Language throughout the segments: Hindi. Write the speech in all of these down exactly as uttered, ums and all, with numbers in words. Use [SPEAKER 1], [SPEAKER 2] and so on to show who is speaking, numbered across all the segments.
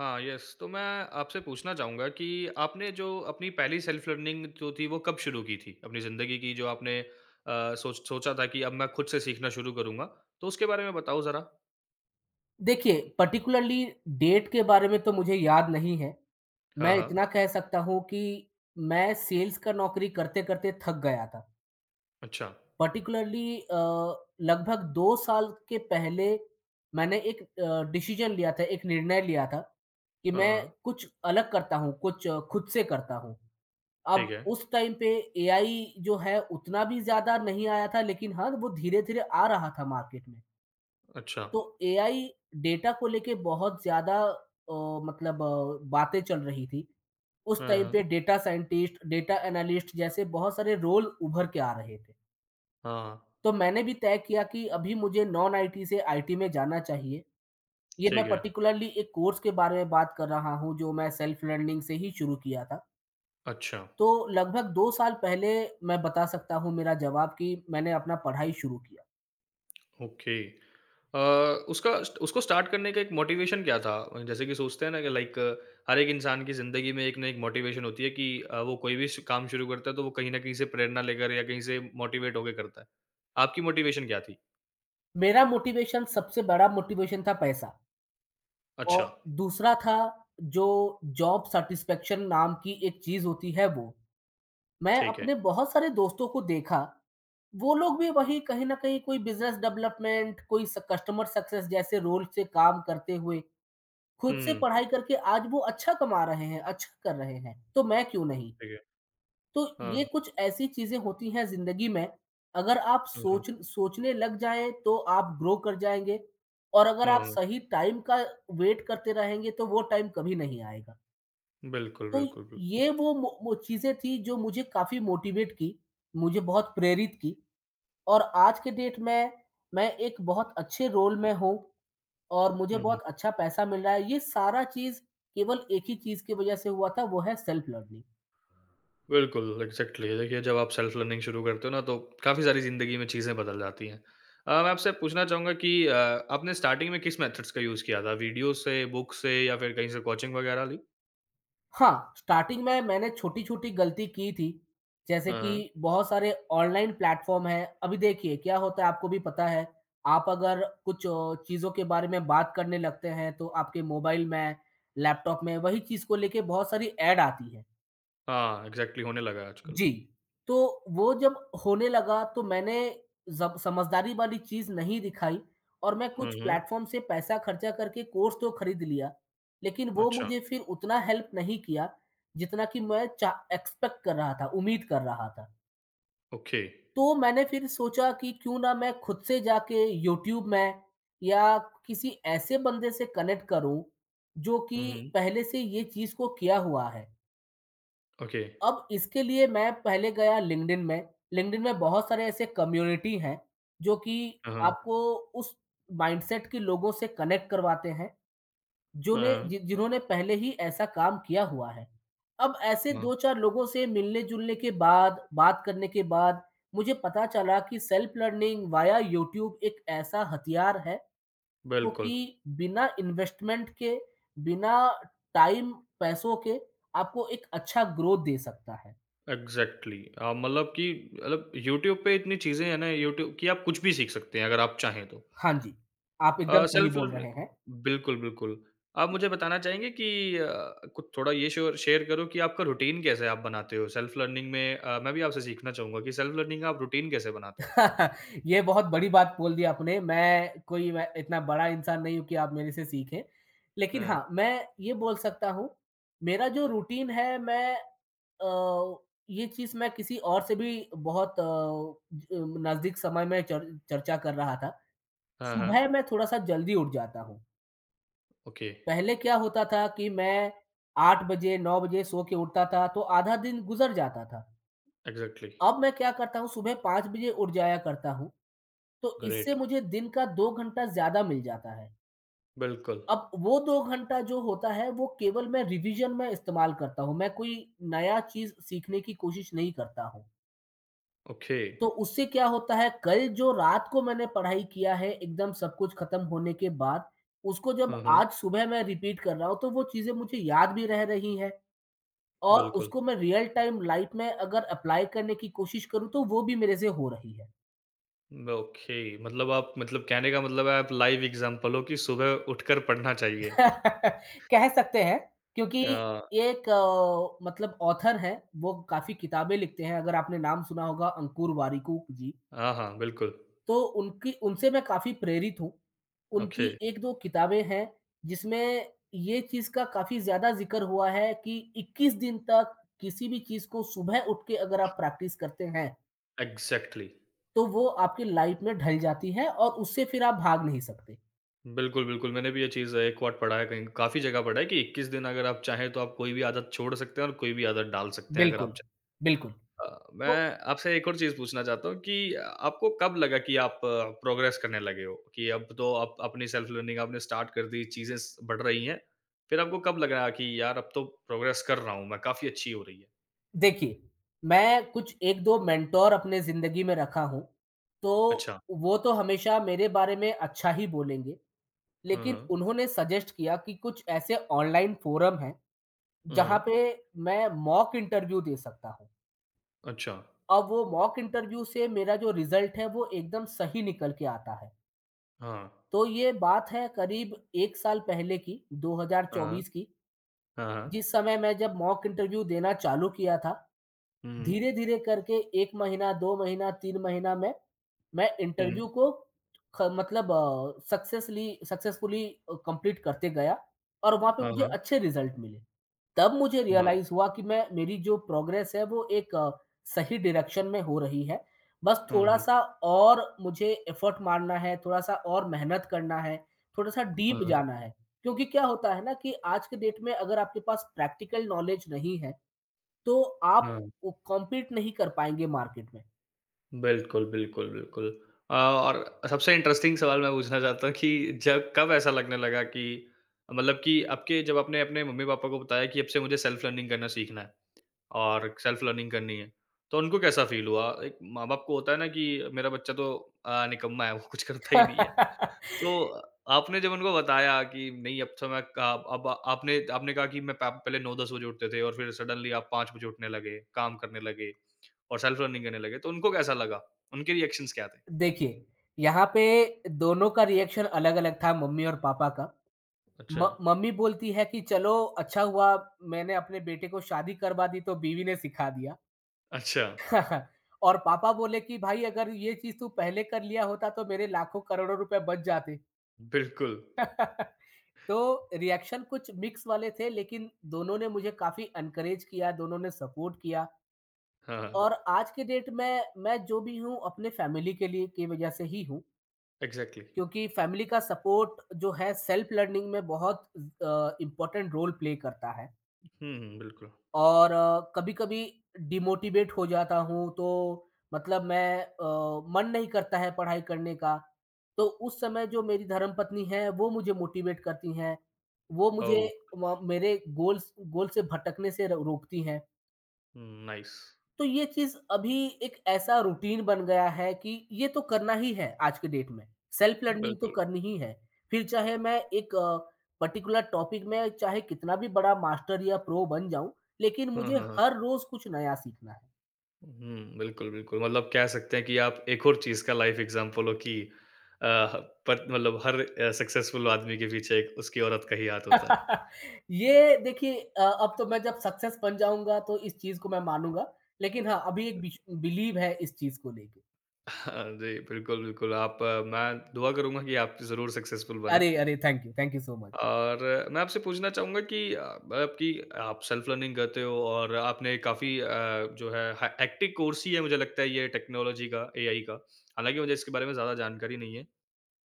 [SPEAKER 1] हाँ, यस। तो मैं आपसे पूछना चाहूँगा कि आपने जो अपनी पहली सेल्फ लर्निंग जो थी वो कब शुरू की थी? अपनी ज़िंदगी की जो आपने अ, सोच सोचा था कि अब मैं खुद से सीखना शुरू करूँगा, तो उसके बारे में बताओ ज़रा?
[SPEAKER 2] देखिए, पर्टिकुलरली डेट के बारे में तो मुझे याद नहीं है।
[SPEAKER 1] हाँ,
[SPEAKER 2] मैं
[SPEAKER 1] हाँ।
[SPEAKER 2] इतना कह सकता हूँ कि मैं सेल्स का नौकरी करते-करते थक गया था।
[SPEAKER 1] अच्छा।
[SPEAKER 2] पर्टिकुलरली अ, लगभग दो साल के पहले मैंने एक अ, डिसीज़न लिया था, एक निर्णय लिया था कि
[SPEAKER 1] हाँ,
[SPEAKER 2] मैं
[SPEAKER 1] हाँ।
[SPEAKER 2] कुछ अलग करता हूँ, कुछ अ, खुद से करता हूँ।
[SPEAKER 1] ठीक
[SPEAKER 2] अब
[SPEAKER 1] है।
[SPEAKER 2] उस टाइम पे ए आई जो है उतना भी ज़्यादा नहीं आया था लेकिन हाँ, वो धीरे-धीरे आ रहा था मार्केट में।
[SPEAKER 1] अच्छा।
[SPEAKER 2] तो ए आई डेटा को लेके बहुत ज़्यादा अ, मतलब अ, बातें चल रही थी। उस
[SPEAKER 1] हाँ,
[SPEAKER 2] टाइम
[SPEAKER 1] हाँ।
[SPEAKER 2] पे डेटा साइंटिस्ट, डेटा एनालिस्ट जैसे बहुत सारे रोल उभर के आ रहे थे।
[SPEAKER 1] हाँ, हाँ।
[SPEAKER 2] तो मैंने भी तय किया कि अभी मुझे नॉन आई टी से आई टी में जाना चाहिए। ये मैं
[SPEAKER 1] ठीक है।
[SPEAKER 2] पर्टिकुलरली एक कोर्स के बारे में बात कर रहा हूँ जो मैं सेल्फ लर्निंग से ही शुरू किया था।
[SPEAKER 1] अच्छा।
[SPEAKER 2] तो लगभग दो साल पहले मैं बता सकता हूँ मेरा जवाब कि मैंने अपना पढ़ाई शुरू किया।
[SPEAKER 1] ओके। अ, उसका उसको स्टार्ट करने का एक मोटिवेशन क्या था? जैसे कि सोचते हैं ना कि लाइक हर एक इंसान की ज़िंदगी में एक ना एक मोटिवेशन होती है कि अ, वो कोई भी श काम शुरू करता है तो वो कहीं न कहीं से प्रेरणा लेकर या कहीं से मोटिवेट होके करता है। आपकी मोटिवेशन क्या थी?
[SPEAKER 2] मेरा मोटिवेशन सबसे बड़ा मोटिवेशन था पैसा।
[SPEAKER 1] अच्छा,
[SPEAKER 2] और दूसरा था जो जॉब सैटिस्फैक्शन नाम की एक चीज़ होती है वो। मैं
[SPEAKER 1] ठीक है।
[SPEAKER 2] अपने बहुत सारे दोस्तों को देखा, वो लोग भी वही कहीं न कहीं कोई बिज़नेस डेवलपमेंट, कोई स कस्टमर सक्सेस जैसे रोल से काम करते हुए, खुद से
[SPEAKER 1] हुँ, हुँ।
[SPEAKER 2] पढ़ाई करके आज वो अच्छा कमा रहे हैं, अच्छा कर रहे हैं, तो मैं क्यों नहीं?
[SPEAKER 1] ठीक है।
[SPEAKER 2] तो ये
[SPEAKER 1] हाँ,
[SPEAKER 2] कुछ ऐसी चीज़ें होती हैं ज़िंदगी में, अगर आप
[SPEAKER 1] हुँ, हुँ।
[SPEAKER 2] सोच सोचने लग जाएँ, तो आप ग्रो कर जाएँगे और अगर
[SPEAKER 1] हाँ,
[SPEAKER 2] आप
[SPEAKER 1] हाँ।
[SPEAKER 2] सही टाइम का वेट करते रहेंगे, तो वो टाइम कभी नहीं आएगा।
[SPEAKER 1] बिल्कुल,
[SPEAKER 2] तो
[SPEAKER 1] बिल्कुल, बिल्कुल।
[SPEAKER 2] ये वो मो वो चीज़ें थी, जो मुझे काफ़ी मोटिवेट की, मुझे बहुत प्रेरित की और आज के डेट में मैं एक बहुत अच्छे रोल में हूँ और मुझे
[SPEAKER 1] हुँ, हुँ।
[SPEAKER 2] बहुत अच्छा पैसा मिल रहा है। ये सारा चीज़ केवल एक ही चीज़ की वज़ह से हुआ था, वो है सेल्फ लर्निंग।
[SPEAKER 1] बिल्कुल, एग्ज़ैक्टली। देखिए, जब आप सेल्फ लर्निंग शुरू करते हो ना, तो काफ़ी सारी ज़िंदगी में चीज़ें बदल जाती हैं। अ, मैं आपसे पूछना चाहूँगा कि अ, आपने स्टार्टिंग में किस मेथड्स का यूज़ किया था? वीडियो से, बुक से या फिर कहीं से कोचिंग वगैरह ली?
[SPEAKER 2] हाँ, स्टार्टिंग में मैंने छोटी-छोटी गलती की थी, जैसे
[SPEAKER 1] हाँ,
[SPEAKER 2] कि
[SPEAKER 1] हाँ।
[SPEAKER 2] बहुत सारे ऑनलाइन प्लेटफ़ॉर्म हैं। अभी देखिए क्या होता है आपको भी पता है, आप अगर कुछ अ, चीज़ों के बारे में बात करने लगते हैं, तो आपके मोबाइल में, लैपटॉप में वही चीज़ को लेके बहुत सारी ऐड आती है।
[SPEAKER 1] हाँ, एग्ज़ैक्टली होने लगा है आजकल।
[SPEAKER 2] जी, तो वो जब होने लगा तो मैंने जब समझदारी वाली चीज़ नहीं दिखाई और मैं
[SPEAKER 1] हुँ,
[SPEAKER 2] कुछ
[SPEAKER 1] हुँ।
[SPEAKER 2] प्लेटफ़ॉर्म से पैसा खर्चा करके कोर्स तो खरीद लिया, लेकिन वो
[SPEAKER 1] अच्छा,
[SPEAKER 2] मुझे फिर उतना हेल्प नहीं किया, जितना कि मैं चा एक्सपेक्ट कर रहा था, उम्मीद कर रहा था।
[SPEAKER 1] ओके।
[SPEAKER 2] तो मैंने फिर सोचा कि क्यों ना मैं खुद से जाके यूट्यूब में या किसी ऐसे बंदे से कनेक्ट करूँ, जो
[SPEAKER 1] हुँ,
[SPEAKER 2] कि
[SPEAKER 1] हुँ।
[SPEAKER 2] पहले से ये चीज़ को किया हुआ है।
[SPEAKER 1] ओके।
[SPEAKER 2] अब इसके लिए मैं पहले गया लिंक्डइन में, लिंक्डइन में बहुत सारे ऐसे कम्युनिटी हैं, जो कि
[SPEAKER 1] हाँ, हाँ।
[SPEAKER 2] आपको उस माइंडसेट के लोगों से कनेक्ट करवाते हैं, जो
[SPEAKER 1] हाँ,
[SPEAKER 2] ने
[SPEAKER 1] हाँ।
[SPEAKER 2] जि जिन्होंने पहले ही ऐसा काम किया हुआ है। अब ऐसे
[SPEAKER 1] हाँ,
[SPEAKER 2] दो चार लोगों से मिलने-जुलने के बाद, बात करने के बाद, मुझे पता चला कि सेल्फ लर्निंग वाया यूट्यूब एक ऐसा हथियार है, जो
[SPEAKER 1] बिल्कुल,
[SPEAKER 2] कि बिना इन्वेस्टमेंट के, बिना टाइम, पैसों के आपको एक अच्छा ग्रोथ दे सकता है।
[SPEAKER 1] एग्ज़ैक्टली। अ, मतलब कि मतलब यूट्यूब पे इतनी चीज़ें हैं ना यूट्यूब कि आप कुछ भी सीख सकते हैं अगर आप चाहें तो।
[SPEAKER 2] हाँ जी, आप एकदम
[SPEAKER 1] अ,
[SPEAKER 2] सही
[SPEAKER 1] सेल्फ
[SPEAKER 2] बोल रहे हैं।
[SPEAKER 1] लर्निंग बिल्कुल, बिल्कुल। आप मुझे बताना चाहेंगे कि अ, कुछ थोड़ा ये श्योर शेयर करो कि आपका रूटीन कैसे आप बनाते हो? सेल्फ लर्निंग में अ, मैं भी आपसे सीखना चाहूँगा कि सेल्फ लर्निंग का आप रूटीन कैसे बनाते हो?
[SPEAKER 2] ये बहुत बड़ी बात बोल दी आपने, मैं कोई मैं इतना बड़ा इंसान नहीं हूँ कि आप मेरे से सीखें। लेकिन
[SPEAKER 1] हाँ।
[SPEAKER 2] हाँ, मैं ये बोल सकता हूँ, मेरा जो रूटीन है मैं अ, ये चीज़ मैं किसी और से भी बहुत अ, ज नज़दीक समय में चर चर्चा कर रहा था।
[SPEAKER 1] हाँ, हाँ।
[SPEAKER 2] सुबह मैं थोड़ा-सा जल्दी उठ जाता हूँ।
[SPEAKER 1] ओके,
[SPEAKER 2] पहले क्या होता था कि मैं आठ बजे, नौ बजे सो के उठता था, तो आधा दिन गुज़र जाता था।
[SPEAKER 1] एग्ज़ैक्टली,
[SPEAKER 2] अब मैं क्या करता हूँ सुबह पाँच बजे उठ जाया करता हूँ, तो इससे
[SPEAKER 1] ग्रेट।
[SPEAKER 2] मुझे दिन का दो घंटा ज़्यादा मिल जाता है।
[SPEAKER 1] बिल्कुल,
[SPEAKER 2] अब वो दो घंटा जो होता है वो केवल मैं रिविज़न में इस्तेमाल करता हूँ, मैं कोई नया चीज़ सीखने की कोशिश नहीं करता हूँ।
[SPEAKER 1] ओके।
[SPEAKER 2] तो उससे क्या होता है कल जो रात को मैंने पढ़ाई किया है एकदम सब कुछ ख़त्म होने के बाद, उसको
[SPEAKER 1] हाँ,
[SPEAKER 2] जब
[SPEAKER 1] हाँ,
[SPEAKER 2] आज सुबह मैं रिपीट कर रहा हूँ तो वो चीज़ें मुझे याद भी रह रही हैं और
[SPEAKER 1] बिल्कुल।
[SPEAKER 2] उसको मैं रियल टाइम लाइफ़ में अगर अप्लाई करने की कोशिश करूँ तो वो भी मेरे से हो रही है।
[SPEAKER 1] ब ओके, मतलब आप मतलब कहने का मतलब है आप लाइव एग्ज़ाम्पल हो कि सुबह उठकर पढ़ना चाहिए।
[SPEAKER 2] कह सकते हैं क्योंकि
[SPEAKER 1] अ,
[SPEAKER 2] एक अ, मतलब ऑथर है, वो काफ़ी किताबें लिखते हैं, अगर आपने नाम सुना होगा अंकुर वारिकू जी,
[SPEAKER 1] हाँ, हाँ, बिल्कुल।
[SPEAKER 2] तो उनकी उनसे मैं काफ़ी प्रेरित हूँ।
[SPEAKER 1] ओके,
[SPEAKER 2] उनकी एक दो किताबें हैं, जिसमें ये चीज़ का काफ़ी ज़्यादा ज़िक्र हुआ है कि इक्कीस दिन तक किसी भी चीज़ को सुबह उठ के अगर आप प्रैक्टिस करते हैं,
[SPEAKER 1] एग्ज़ैक्टली।
[SPEAKER 2] तो वो आपकी लाइफ़ में ढल जाती है और उससे फिर आप भाग नहीं सकते।
[SPEAKER 1] बिल्कुल, बिल्कुल। मैंने भी ये चीज़ एक बार पढ़ा है कहीं काफ़ी जगह पढ़ा है कि इक्कीस दिन अगर आप चाहें तो आप कोई भी आदत छोड़ सकते हैं और कोई भी आदत डाल सकते हैं अगर आप
[SPEAKER 2] बिल्कुल,
[SPEAKER 1] चाहें।
[SPEAKER 2] बिल्कुल।
[SPEAKER 1] अ,
[SPEAKER 2] तो
[SPEAKER 1] मैं आपसे एक और चीज़ पूछना चाहता हूँ कि आपको कब लगा कि आप प्रोग्रेस करने लगे हो? कि अब तो आप अपनी सेल्फ लर्निंग आपने स्टार्ट कर दी, चीज़ें स बढ़ रही हैं। फिर आपको कब लगा कि यार अब तो प्रोग्रेस कर रहा हूँ मैं, काफ़ी अच्छी हो रही है?
[SPEAKER 2] देखिए, मैं कुछ एक दो मेंटर अपने ज़िंदगी में रखा हूँ, तो
[SPEAKER 1] अच्छा।
[SPEAKER 2] वो तो हमेशा मेरे बारे में अच्छा ही बोलेंगे,
[SPEAKER 1] हाँ,
[SPEAKER 2] लेकिन
[SPEAKER 1] हाँ।
[SPEAKER 2] उन्होंने सजेस्ट किया कि कुछ ऐसे ऑनलाइन फोरम हैं,
[SPEAKER 1] हुँ,
[SPEAKER 2] जहाँ
[SPEAKER 1] हुँ।
[SPEAKER 2] पे मैं मॉक इंटरव्यू दे सकता हूँ।
[SPEAKER 1] अच्छा।
[SPEAKER 2] अब वो मॉक इंटरव्यू से मेरा जो रिज़ल्ट है, वो एकदम सही निकल के आता है।
[SPEAKER 1] हाँ।
[SPEAKER 2] तो ये बात है करीब एक साल पहले की,
[SPEAKER 1] हाँ, हाँ।
[SPEAKER 2] दो हज़ार चौबीस की,
[SPEAKER 1] हाँ, हाँ।
[SPEAKER 2] जिस समय मैं जब मॉक इंटरव्यू देना चालू किया था,
[SPEAKER 1] हुँ, हुँ।
[SPEAKER 2] धीरे-धीरे करके एक महीना, दो महीना, तीन महीना में मैं
[SPEAKER 1] हुँ।
[SPEAKER 2] इंटरव्यू को ख मतलब अ, सक्सेसली सक्सेसफुली अ, कंप्लीट करते गया और वहाँ पे
[SPEAKER 1] हाँ,
[SPEAKER 2] मुझे
[SPEAKER 1] हाँ।
[SPEAKER 2] अच्छे रिज़ल्ट मिले। तब मुझे
[SPEAKER 1] हाँ।
[SPEAKER 2] रियलाइज़ हुआ कि मैं मेरी जो प्रोग्रेस है वो एक अ, सही डायरेक्शन में हो रही है। बस
[SPEAKER 1] हाँ, हाँ।
[SPEAKER 2] थोड़ा-सा और मुझे एफर्ट मारना है, थोड़ा-सा और मेहनत करना है, थोड़ा-सा
[SPEAKER 1] हाँ,
[SPEAKER 2] डीप
[SPEAKER 1] हाँ।
[SPEAKER 2] जाना है। क्योंकि क्या होता है ना कि आज के डेट में अगर आपके पास प्रैक्टिकल नॉलेज नहीं है तो आप
[SPEAKER 1] हाँ।
[SPEAKER 2] वो कॉम्पीट नहीं कर पाएँगे मार्केट में।
[SPEAKER 1] बिल्कुल, बिल्कुल, बिल्कुल। अ, और सबसे इंटरेस्टिंग सवाल मैं पूछना चाहता हूँ कि जब कब ऐसा लगने लगा कि मतलब कि आपके जब आपने अपने मम्मी-पापा को बताया कि अब से मुझे सेल्फ लर्निंग करना सीखना है और सेल्फ लर्निंग करनी है, तो उनको कैसा फ़ील हुआ? एक माँ-बाप को होता है ना कि मेरा बच्चा तो अ, निकम्मा है, वो कुछ करता ही नहीं है। तो आपने जब उनको बताया कि नहीं अब तो मैं क अब आपने आपने कहा कि मैं प पहले नौ दस बजे उठते थे और फिर सडनली आप पाँच बजे उठने लगे, काम करने लगे और सेल्फ रनिंग करने लगे, तो उनको कैसा लगा? उनके रिएक्शंस क्या थे?
[SPEAKER 2] देखिए, यहाँ पे दोनों का रिएक्शन अलग-अलग था मम्मी और पापा का।
[SPEAKER 1] अच्छा,
[SPEAKER 2] म मम्मी बोलती है कि चलो अच्छा हुआ मैंने अपने बेटे को शादी करवा दी तो बीवी ने सिखा दिया।
[SPEAKER 1] अच्छा,
[SPEAKER 2] और पापा बोले कि भाई अगर ये चीज़ तू पहले कर लिया होता तो मेरे लाखों-करोड़ों रुपए बच जाते।
[SPEAKER 1] बिल्कुल।
[SPEAKER 2] तो रिएक्शन कुछ मिक्स वाले थे लेकिन दोनों ने मुझे काफ़ी एनकरेज किया, दोनों ने सपोर्ट किया
[SPEAKER 1] हाँ, हाँ,
[SPEAKER 2] और आज की डेट में मैं जो भी हूँ अपने फैमिली के लिए की वजह से ही हूँ,
[SPEAKER 1] एग्ज़ैक्टली।
[SPEAKER 2] क्योंकि फैमिली का सपोर्ट जो है सेल्फ लर्निंग में बहुत अ, इम्पोर्टेंट रोल प्ले करता है
[SPEAKER 1] हुँ, हुँ, बिल्कुल।
[SPEAKER 2] और कभी-कभी डिमोटिवेट हो जाता हूँ तो मतलब मैं अ, मन नहीं करता है पढ़ाई करने का, तो उस समय जो मेरी धर्मपत्नी हैं वो मुझे मोटिवेट करती हैं। वो मुझे
[SPEAKER 1] ओह!
[SPEAKER 2] म मेरे गोल्स गोल से भटकने से र रोकती हैं।
[SPEAKER 1] हुँ, नाइस।
[SPEAKER 2] तो ये चीज़ अभी एक ऐसा रूटीन बन गया है कि ये तो करना ही है आज के डेट में। सेल्फ लर्निंग तो
[SPEAKER 1] बिल्कुल।
[SPEAKER 2] करनी ही है। फिर चाहे मैं एक अ, पर्टिकुलर टॉपिक में चाहे कितना भी बड़ा मास्टर या प्रो बन जाऊँ, लेकिन
[SPEAKER 1] हाँ,
[SPEAKER 2] मुझे
[SPEAKER 1] हाँ, हाँ।
[SPEAKER 2] हर रोज़ कुछ नया सीखना है।
[SPEAKER 1] हुँ, बिल्कुल, बिल्कुल। मतलब कह सकते हैं कि आप एक और चीज़ का लाइफ़ एग्ज़ाम्पल हो कि अ, पर मतलब हर अ, सक्सेसफुल आदमी के पीछे एक उसकी औरत का ही हाथ होता है।
[SPEAKER 2] ये देखिए अ, अब तो मैं जब सक्सेस बन जाऊँगा तो इस चीज़ को मैं मानूँगा। लेकिन हाँ, अभी एक बिश बिलीव है इस चीज़ को लेके।
[SPEAKER 1] हाँ जी, बिल्कुल, बिल्कुल। आप अ, मैं दुआ करूँगा कि आप ज़रूर सक्सेसफुल बनें
[SPEAKER 2] अरे, अरे! Thank you, thank you so much.
[SPEAKER 1] और अ, मैं आपसे पूछना चाहूँगा कि अ, आपकी आप सेल्फ लर्निंग करते हो और आपने काफ़ी अ, जो है ह हेक्टिक कोर्स ही है मुझे लगता है ये टेक्नोलॉजी का, एआई का। हालाँकि मुझे इसके बारे में ज़्यादा जानकारी नहीं है।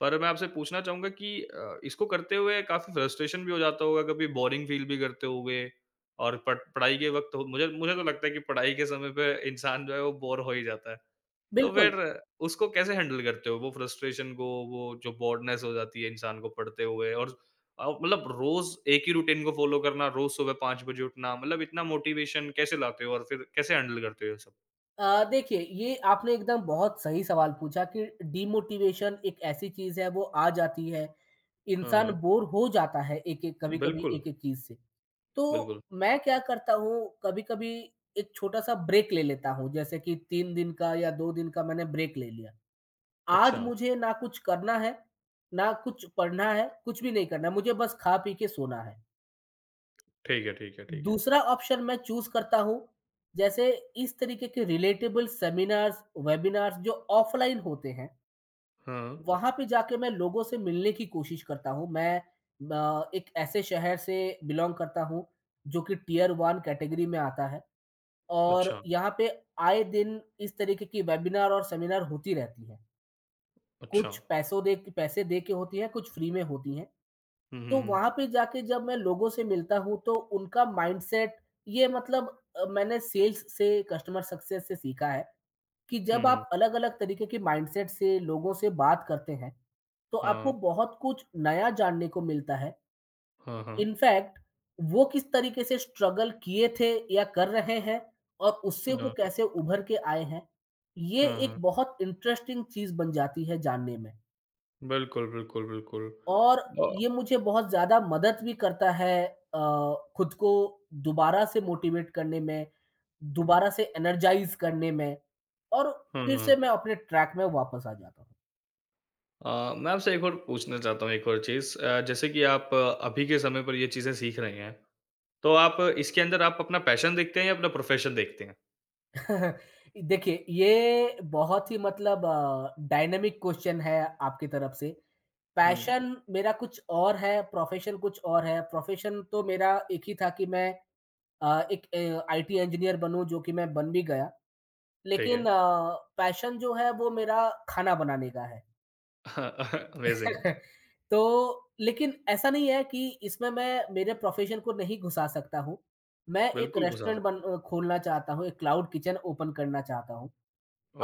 [SPEAKER 1] पर मैं आपसे पूछना चाहूँगा कि अ, इसको करते हुए काफ़ी फ्रस्ट्रेशन भी हो जाता होगा, कभी बोरिंग फ़ील भी करते होंगे और पढ़ पढ़ाई के वक़्त हो मुझे मुझे तो लगता है कि पढ़ाई के समय पे इंसान जो है वो बोर हो ही जाता है। तो फिर
[SPEAKER 2] बिल्कुल।
[SPEAKER 1] उसको कैसे हैंडल करते हो? वो फ्रस्ट्रेशन को, वो जो बोर्डनेस हो जाती है इंसान को पढ़ते हुए और अ, मतलब रोज़ एक ही रूटीन को फ़ॉलो करना, रोज़ सुबह पाँच बजे उठना, मतलब इतना मोटिवेशन कैसे लाते हो और फिर कैसे हैंडल करते हो ये सब?
[SPEAKER 2] अ, देखिए ये आपने एकदम बहुत सही सवाल पूछा कि डिमोटिवेशन एक ऐसी चीज़ है वो आ जाती है।
[SPEAKER 1] हाँ,
[SPEAKER 2] इंसान
[SPEAKER 1] हाँ।
[SPEAKER 2] बोर हो जाता है एक-एक हुँ। कभी-कभी
[SPEAKER 1] बिल्कुल,
[SPEAKER 2] एक-एक चीज़ से। तो
[SPEAKER 1] बिल्कुल।
[SPEAKER 2] मैं क्या करता हूँ कभी-कभी एक छोटा-सा ब्रेक ले लेता हूँ जैसे कि तीन दिन का या दो दिन का मैंने ब्रेक ले लिया। आज
[SPEAKER 1] अच्छा।
[SPEAKER 2] मुझे ना कुछ करना है, ना कुछ पढ़ना है, कुछ भी नहीं करना है मुझे बस खा पी के सोना है।
[SPEAKER 1] ठीक है, ठीक है, ठीक है।
[SPEAKER 2] दूसरा ऑप्शन मैं चूज़ करता हूँ, जैसे इस तरीके के रिलेटेबल सेमिनार्स, वेबिनार्स जो ऑफ़लाइन होते हैं,
[SPEAKER 1] हाँ।
[SPEAKER 2] वहाँ पे जाके मैं लोगों से मिलने की कोशिश करता हूँ। मैं अ, एक ऐसे शहर से बिलॉन्ग करता हूँ, जो कि टियर वन कैटेगरी में आता है और
[SPEAKER 1] अच्छा,
[SPEAKER 2] यहाँ पे आए दिन इस तरीके की वेबिनार और सेमिनार होती रहती है।
[SPEAKER 1] अच्छा।
[SPEAKER 2] कुछ पैसों दे पैसे दे के होती है, कुछ फ्री में होती हैं।
[SPEAKER 1] हुँ, हुँ,
[SPEAKER 2] तो
[SPEAKER 1] हुँ।
[SPEAKER 2] वहाँ पे जाके जब मैं लोगों से मिलता हूँ तो उनका माइंडसेट ये मतलब अ, मैंने सेल्स से, कस्टमर सक्सेस से सीखा है कि
[SPEAKER 1] हुँ,
[SPEAKER 2] जब
[SPEAKER 1] हुँ।
[SPEAKER 2] आप अलग-अलग तरीके के माइंडसेट से लोगों से बात करते हैं, तो
[SPEAKER 1] हाँ,
[SPEAKER 2] आपको बहुत कुछ नया जानने को मिलता है।
[SPEAKER 1] हाँ, हाँ।
[SPEAKER 2] इनफैक्ट वो किस तरीके से स्ट्रगल किए थे या कर रहे हैं और उससे वो
[SPEAKER 1] हाँ,
[SPEAKER 2] कैसे उभर के आए हैं, ये
[SPEAKER 1] हाँ,
[SPEAKER 2] एक
[SPEAKER 1] हाँ।
[SPEAKER 2] बहुत इंटरेस्टिंग चीज़ बन जाती है जानने में।
[SPEAKER 1] बिल्कुल, बिल्कुल, बिल्कुल।
[SPEAKER 2] और
[SPEAKER 1] अ,
[SPEAKER 2] ये मुझे बहुत ज़्यादा मदद भी करता है अ, खुद को दोबारा से मोटिवेट करने में, दोबारा से एनर्जाइज़ करने में और
[SPEAKER 1] हाँ,
[SPEAKER 2] फिर
[SPEAKER 1] हाँ।
[SPEAKER 2] से मैं अपने ट्रैक में वापस आ जाता
[SPEAKER 1] अ, मैं आपसे एक और पूछना चाहता हूँ एक और चीज़ अ, जैसे कि आप अ, अभी के समय पर ये चीज़ें सीख रहे हैं, तो आप इसके अंदर आप अपना पैशन देखते हैं या अपना प्रोफ़ेशन देखते हैं?
[SPEAKER 2] हूँ। देखिए, ये बहुत ही मतलब अ, डायनामिक क्वेश्चन है आपकी तरफ से।
[SPEAKER 1] हुँ,
[SPEAKER 2] पैशन मेरा कुछ और है, प्रोफ़ेशन कुछ और है। प्रोफ़ेशन तो मेरा एक ही था कि मैं अ, एक अ, आई टी इंजीनियर बनूँ, जो कि मैं बन भी गया।
[SPEAKER 1] ठीक
[SPEAKER 2] लेकिन
[SPEAKER 1] है।
[SPEAKER 2] अ, पैशन जो है वो मेरा खाना बनाने का है।
[SPEAKER 1] अमेज़िंग।
[SPEAKER 2] तो लेकिन ऐसा नहीं है कि इसमें मैं मेरे प्रोफ़ेशन को नहीं घुसा सकता हूँ। मैं एक
[SPEAKER 1] बिल्कुल घुसा
[SPEAKER 2] रेस्टोरेंट
[SPEAKER 1] सकते
[SPEAKER 2] बन
[SPEAKER 1] हो।
[SPEAKER 2] अ, खोलना चाहता हूँ, एक क्लाउड किचन ओपन करना चाहता हूँ।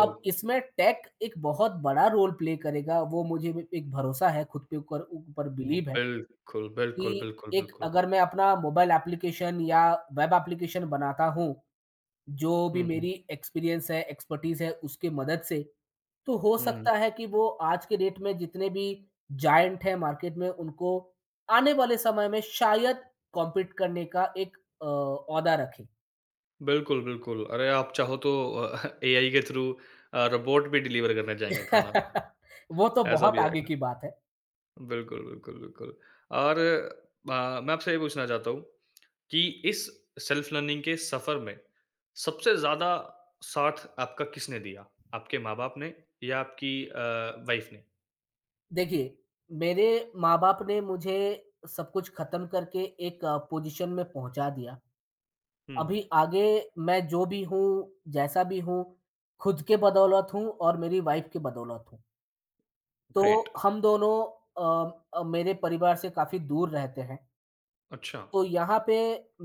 [SPEAKER 1] ओह!
[SPEAKER 2] अब इसमें टेक एक बहुत बड़ा रोल प्ले करेगा, वो मुझे भी एक भरोसा है, खुद के ऊपर ऊपर बिलीव है
[SPEAKER 1] बिल्कुल, बिल्कुल,
[SPEAKER 2] कि
[SPEAKER 1] बिल्कुल,
[SPEAKER 2] एक
[SPEAKER 1] बिल्कुल।
[SPEAKER 2] अगर मैं अपना मोबाइल एप्लीकेशन या वेब एप्लीकेशन बनाता हूँ जो भी
[SPEAKER 1] हुँ, हुँ।
[SPEAKER 2] मेरी एक्सपीरियंस है, एक्सपर्टीज़ है, उसकी मदद से, तो हो हुँ।
[SPEAKER 1] हुँ, हुँ।
[SPEAKER 2] सकता है कि वो आज के डेट में जितने भी जायंट हैं मार्केट में, उनको आने वाले समय में शायद कॉम्पीट करने का एक अ, ओहदा रखें।
[SPEAKER 1] बिल्कुल, बिल्कुल। अरे, आप चाहो तो अ, एआई के थ्रू अ, रोबोट भी डिलीवर करना चाहेंगे खाना,
[SPEAKER 2] वो तो
[SPEAKER 1] ऐसा
[SPEAKER 2] बहुत
[SPEAKER 1] भी
[SPEAKER 2] आगे
[SPEAKER 1] आएगा।
[SPEAKER 2] की बात है।
[SPEAKER 1] बिल्कुल, बिल्कुल, बिल्कुल। और अ, मैं आपसे ये पूछना चाहता हूँ कि इस सेल्फ लर्निंग के सफ़र में सबसे ज़्यादा साथ आपका किसने दिया? आपके माँ-बाप ने या आपकी अ, वाइफ़ ने?
[SPEAKER 2] देखिए, मेरे माँ-बाप ने मुझे सब कुछ खत्म करके एक अ, पोज़ीशन में पहुँचा दिया।
[SPEAKER 1] हुँ,
[SPEAKER 2] अभी आगे मैं जो भी हूँ, जैसा भी हूँ, खुद के बदौलत हूँ और मेरी वाइफ़ के बदौलत हूँ। तो
[SPEAKER 1] ग्रेट।
[SPEAKER 2] हम दोनों अ अ, मेरे परिवार से काफ़ी दूर रहते हैं।
[SPEAKER 1] अच्छा।
[SPEAKER 2] तो यहाँ पे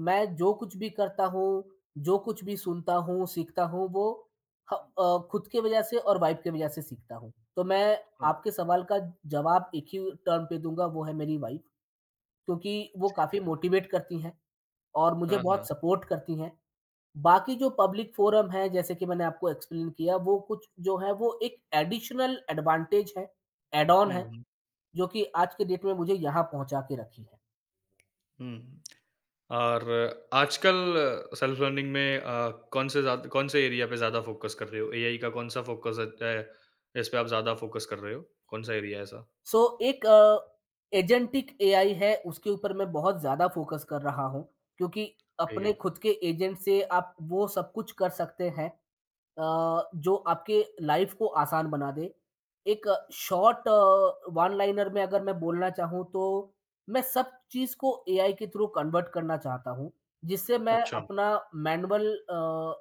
[SPEAKER 2] मैं जो कुछ भी करता हूँ, जो कुछ भी सुनता हूँ, सीखता हूँ वो ह अ, खुद के वजह से और वाइफ़ के वजह से सीखता हूँ। तो मैं
[SPEAKER 1] ओके।
[SPEAKER 2] आपके सवाल का जवाब एक ही टर्म पे दूँगा वो है मेरी वाइफ़ क्योंकि वो काफ़ी मोटिवेट करती हैं और मुझे
[SPEAKER 1] हाँ,
[SPEAKER 2] बहुत
[SPEAKER 1] हाँ।
[SPEAKER 2] सपोर्ट करती हैं। बाकी जो पब्लिक फ़ोरम है जैसे कि मैंने आपको एक्सप्लेन किया वो कुछ जो है वो एक एडिशनल एडवांटेज है, ऐड ऑन
[SPEAKER 1] हुँ,
[SPEAKER 2] है
[SPEAKER 1] हुँ,
[SPEAKER 2] जो कि आज के डेट में मुझे यहाँ पहुँचा के रखी है।
[SPEAKER 1] हुँ। और आजकल सेल्फ लर्निंग में अ, कौन से ज़्यादा कौन से एरिया पे ज़्यादा फ़ोकस कर रहे हो? एआई का कौन-सा फ़ोकस है इस पे आप ज़्यादा फ़ोकस कर रहे हो? कौन-सा एरिया है ऐसा?
[SPEAKER 2] सो so, एक अ, एजेंटिक ए आई है उसके ऊपर मैं बहुत ज़्यादा फ़ोकस कर रहा हूँ क्योंकि
[SPEAKER 1] ठीक
[SPEAKER 2] अपने
[SPEAKER 1] है।
[SPEAKER 2] खुद के एजेंट से आप वो सब कुछ कर सकते हैं अ, जो आपके लाइफ को आसान बना दे। एक शॉर्ट अ, वन लाइनर में अगर मैं बोलना चाहूँ तो मैं सब चीज़ को ए आई के थ्रू कन्वर्ट करना चाहता हूँ, जिससे मैं
[SPEAKER 1] अच्छा।
[SPEAKER 2] अपना मैनुअल अ,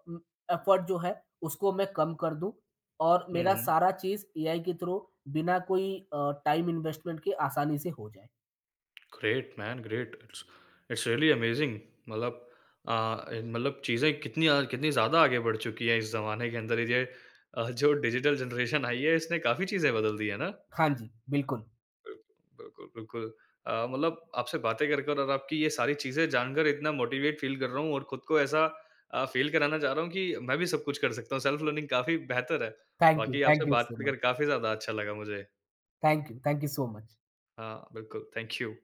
[SPEAKER 2] उम, एफ़र्ट जो है उसको मैं कम कर दूँ और
[SPEAKER 1] हुँ,
[SPEAKER 2] मेरा
[SPEAKER 1] हुँ।
[SPEAKER 2] सारा चीज़ ए आई के थ्रू बिना कोई अ, टाइम इन्वेस्टमेंट के आसानी से हो जाए।
[SPEAKER 1] Great man great. It's it's really amazing मतलब अ, मतलब चीज़ें कितनी अ, कितनी ज़्यादा आगे बढ़ चुकी हैं इस ज़माने के अंदर ये अ, जो डिजिटल जनरेशन आई है इसने काफ़ी चीज़ें बदल दी है ना?
[SPEAKER 2] हाँ जी, बिल्कुल।
[SPEAKER 1] बिल्कुल, बिल्कुल। अ, मतलब आपसे बातें कर कर और आपकी ये सारी चीज़ें जानकर इतना मोटिवेट फ़ील कर रहा हूँ और खुद को ऐसा अ, फ़ील कराना चाह रहा हूँ कि मैं भी सब कुछ कर सकता हूँ। सेल्फ लर्निंग काफ़ी बेहतर है।
[SPEAKER 2] थैंक यू,
[SPEAKER 1] बाकी आपसे
[SPEAKER 2] थैंक यू
[SPEAKER 1] बात
[SPEAKER 2] सो
[SPEAKER 1] कर
[SPEAKER 2] मच।
[SPEAKER 1] कर काफ़ी ज़्यादा अच्छा लगा मुझे।
[SPEAKER 2] Thank you, thank you so much.
[SPEAKER 1] हाँ, बिल्कुल। Thank you.